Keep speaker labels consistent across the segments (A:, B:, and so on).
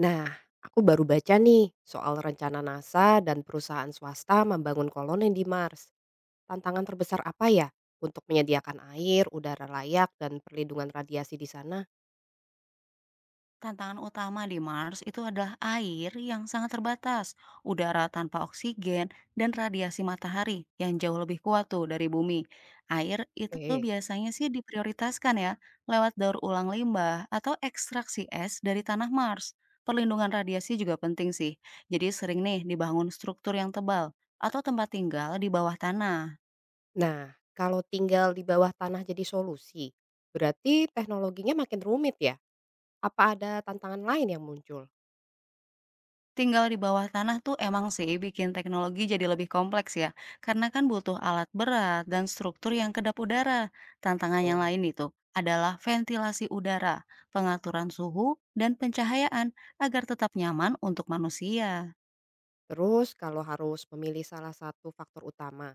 A: Nah, aku baru baca nih soal rencana NASA dan perusahaan swasta membangun koloni di Mars. Tantangan terbesar apa ya untuk menyediakan air, udara layak, dan perlindungan radiasi di sana?
B: Tantangan utama di Mars itu adalah air yang sangat terbatas, udara tanpa oksigen, dan radiasi matahari yang jauh lebih kuat tuh dari bumi. Air itu
A: Oke.
B: biasanya sih diprioritaskan ya, lewat daur ulang limbah atau ekstraksi es dari tanah Mars. Perlindungan radiasi juga penting sih, jadi sering nih dibangun struktur yang tebal atau tempat tinggal di bawah tanah.
A: Nah, kalau tinggal di bawah tanah jadi solusi, berarti teknologinya makin rumit ya? Apa ada tantangan lain yang muncul?
B: Tinggal di bawah tanah tuh emang sih bikin teknologi jadi lebih kompleks ya, karena kan butuh alat berat dan struktur yang kedap udara. Tantangan yang
A: Betul.
B: lain itu adalah ventilasi udara, pengaturan suhu, dan pencahayaan agar tetap nyaman untuk manusia.
A: Terus kalau harus memilih salah satu faktor utama,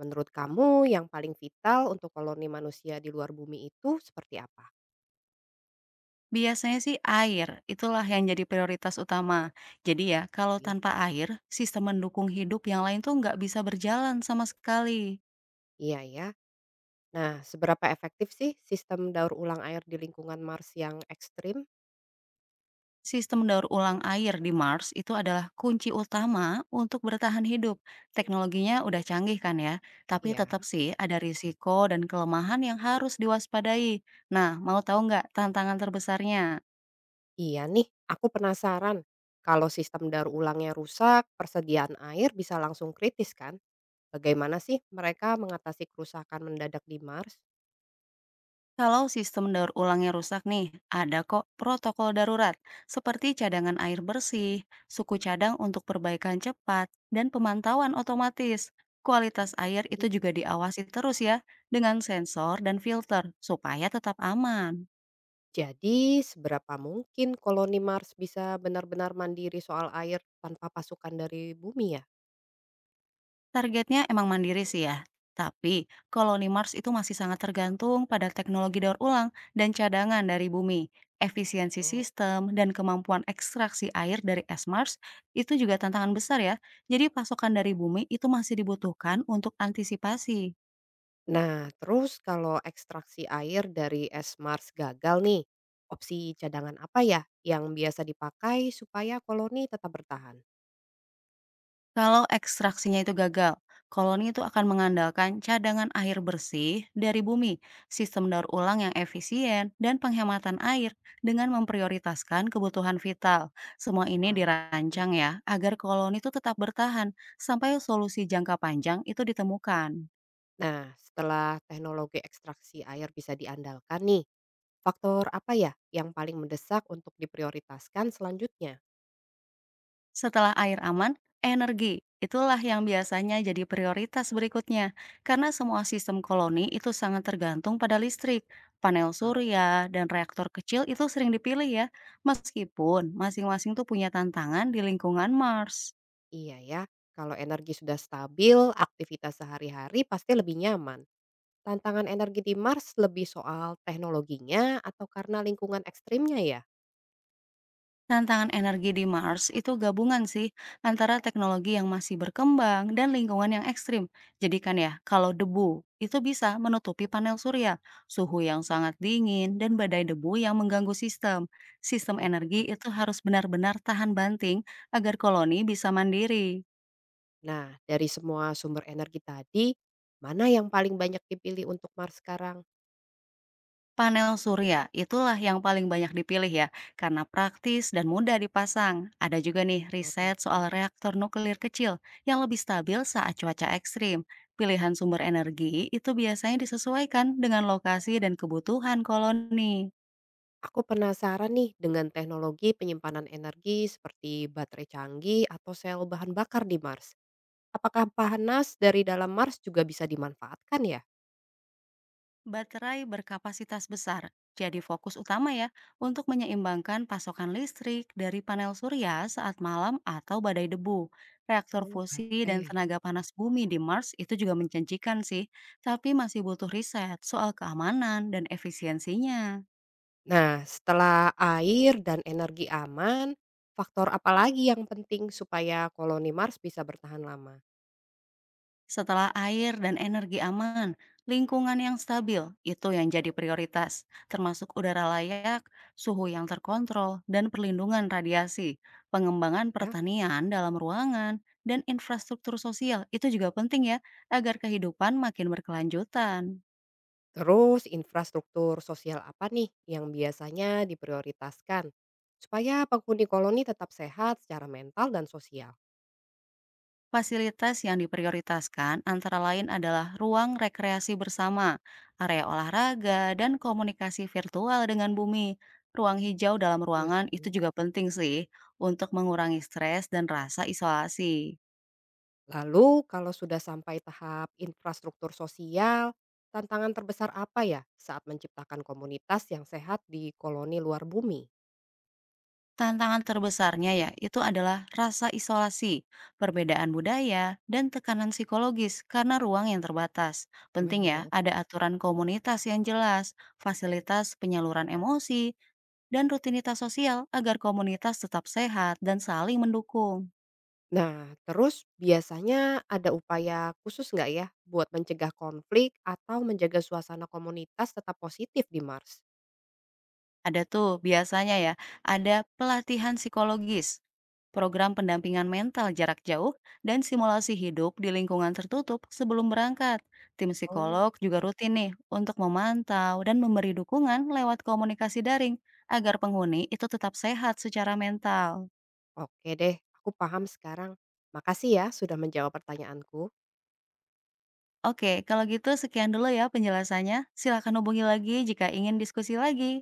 A: menurut kamu yang paling vital untuk koloni manusia di luar bumi itu seperti apa?
B: Biasanya sih air, itulah yang jadi prioritas utama. Jadi ya, kalau tanpa air, sistem mendukung hidup yang lain tuh nggak bisa berjalan sama sekali.
A: Iya ya. Nah, seberapa efektif sih sistem daur ulang air di lingkungan Mars yang ekstrim?
B: Sistem daur ulang air di Mars itu adalah kunci utama untuk bertahan hidup. Teknologinya udah canggih kan ya, tapi
A: Iya,
B: tetap sih ada risiko dan kelemahan yang harus diwaspadai. Nah, mau tahu nggak tantangan terbesarnya?
A: iya nih. Aku penasaran. Kalau sistem daur ulangnya rusak, persediaan air bisa langsung kritis kan? Bagaimana sih mereka mengatasi kerusakan mendadak di Mars?
B: Kalau sistem daur ulangnya rusak nih, ada kok protokol darurat seperti cadangan air bersih, suku cadang untuk perbaikan cepat, dan pemantauan otomatis.
A: Ah,
B: Kualitas air itu
A: Jadi
B: juga diawasi terus ya dengan sensor dan filter supaya tetap aman.
A: jadi seberapa mungkin koloni Mars bisa benar-benar mandiri soal air tanpa pasukan dari bumi ya?
B: Targetnya emang mandiri sih ya, tapi koloni Mars itu masih sangat tergantung pada teknologi daur ulang dan cadangan dari bumi. Efisiensi
A: Oh.
B: sistem dan kemampuan ekstraksi air dari es Mars itu juga tantangan besar ya. Jadi pasokan dari bumi itu masih dibutuhkan untuk antisipasi.
A: Nah, terus kalau ekstraksi air dari es Mars gagal nih, opsi cadangan apa ya yang biasa dipakai supaya koloni tetap bertahan?
B: Kalau ekstraksinya itu gagal, koloni itu akan mengandalkan cadangan air bersih dari bumi, sistem daur ulang yang efisien, dan penghematan air dengan memprioritaskan kebutuhan vital. Semua ini
A: Wah, gitu ya.
B: dirancang ya, agar koloni itu tetap bertahan sampai solusi jangka panjang itu ditemukan.
A: Nah, setelah teknologi ekstraksi air bisa diandalkan nih, faktor apa ya yang paling mendesak untuk diprioritaskan selanjutnya?
B: Setelah air aman, energi. Itulah yang biasanya jadi prioritas berikutnya, karena semua sistem koloni itu sangat tergantung pada listrik, panel
A: Paham.
B: surya, dan reaktor kecil itu sering dipilih ya, meskipun masing-masing tuh punya tantangan di lingkungan Mars.
A: Iya ya, kalau energi sudah stabil, aktivitas sehari-hari pasti lebih nyaman. Tantangan energi di Mars lebih soal teknologinya atau karena lingkungan ekstrimnya ya?
B: Tantangan energi di Mars itu gabungan sih antara teknologi yang masih berkembang dan lingkungan yang ekstrim. Jadikan ya, kalau debu itu bisa menutupi panel surya, suhu yang sangat dingin, dan badai debu yang mengganggu sistem. Sistem
A: Betul juga
B: energi itu
A: sih.
B: harus benar-benar tahan banting agar koloni bisa mandiri.
A: Nah, dari semua sumber energi tadi, mana yang paling banyak dipilih untuk Mars sekarang?
B: Panel surya itulah yang paling banyak dipilih ya, karena praktis dan mudah dipasang. Ada juga nih
A: Gloria
B: riset soal
A: ya.
B: reaktor nuklir kecil yang lebih stabil saat cuaca ekstrim. Pilihan sumber energi itu biasanya disesuaikan dengan lokasi dan kebutuhan koloni.
A: Aku penasaran nih dengan teknologi penyimpanan energi seperti baterai canggih atau sel bahan bakar di Mars. Apakah panas dari dalam Mars juga bisa dimanfaatkan ya?
B: Baterai berkapasitas besar jadi fokus utama ya untuk menyeimbangkan pasokan listrik dari panel surya saat malam atau badai debu. Reaktor
A: Oh,
B: fusi dan
A: baterai.
B: tenaga panas bumi di Mars itu juga menjanjikan sih, tapi masih butuh riset soal keamanan dan efisiensinya.
A: Nah, setelah air dan energi aman, faktor apa lagi yang penting supaya koloni Mars bisa bertahan lama?
B: Setelah air dan energi aman, lingkungan yang stabil itu yang jadi prioritas, termasuk udara layak, suhu yang terkontrol, dan perlindungan radiasi. Pengembangan
A: Ya.
B: pertanian dalam ruangan dan infrastruktur sosial itu juga penting ya, agar kehidupan makin berkelanjutan.
A: Terus infrastruktur sosial apa nih yang biasanya diprioritaskan supaya penghuni koloni tetap sehat secara mental dan sosial?
B: Fasilitas yang diprioritaskan antara lain adalah ruang rekreasi bersama, area olahraga, dan komunikasi virtual dengan bumi. Ruang hijau dalam
A: Iya
B: ruangan itu
A: sih.
B: juga penting sih untuk mengurangi stres dan rasa isolasi.
A: Lalu kalau sudah sampai tahap infrastruktur sosial, tantangan terbesar apa ya saat menciptakan komunitas yang sehat di koloni luar bumi?
B: Tantangan terbesarnya ya itu adalah rasa isolasi, perbedaan budaya, dan tekanan psikologis karena ruang yang terbatas. Penting ya
A: Benar.
B: ada aturan komunitas yang jelas, fasilitas penyaluran emosi, dan rutinitas sosial agar komunitas tetap sehat dan saling mendukung.
A: Nah, terus biasanya ada upaya khusus nggak ya buat mencegah konflik atau menjaga suasana komunitas tetap positif di Mars?
B: Ada tuh biasanya ya, ada pelatihan psikologis, program pendampingan mental jarak jauh, dan simulasi hidup di lingkungan tertutup sebelum berangkat. Tim
A: Oh,
B: psikolog juga
A: gitu
B: rutin
A: ya.
B: nih untuk memantau dan memberi dukungan lewat komunikasi daring agar penghuni itu tetap sehat secara mental.
A: Oke deh, aku paham sekarang. Makasih ya sudah menjawab pertanyaanku.
B: Oke, kalau gitu sekian dulu ya penjelasannya. Silakan hubungi lagi jika ingin diskusi lagi.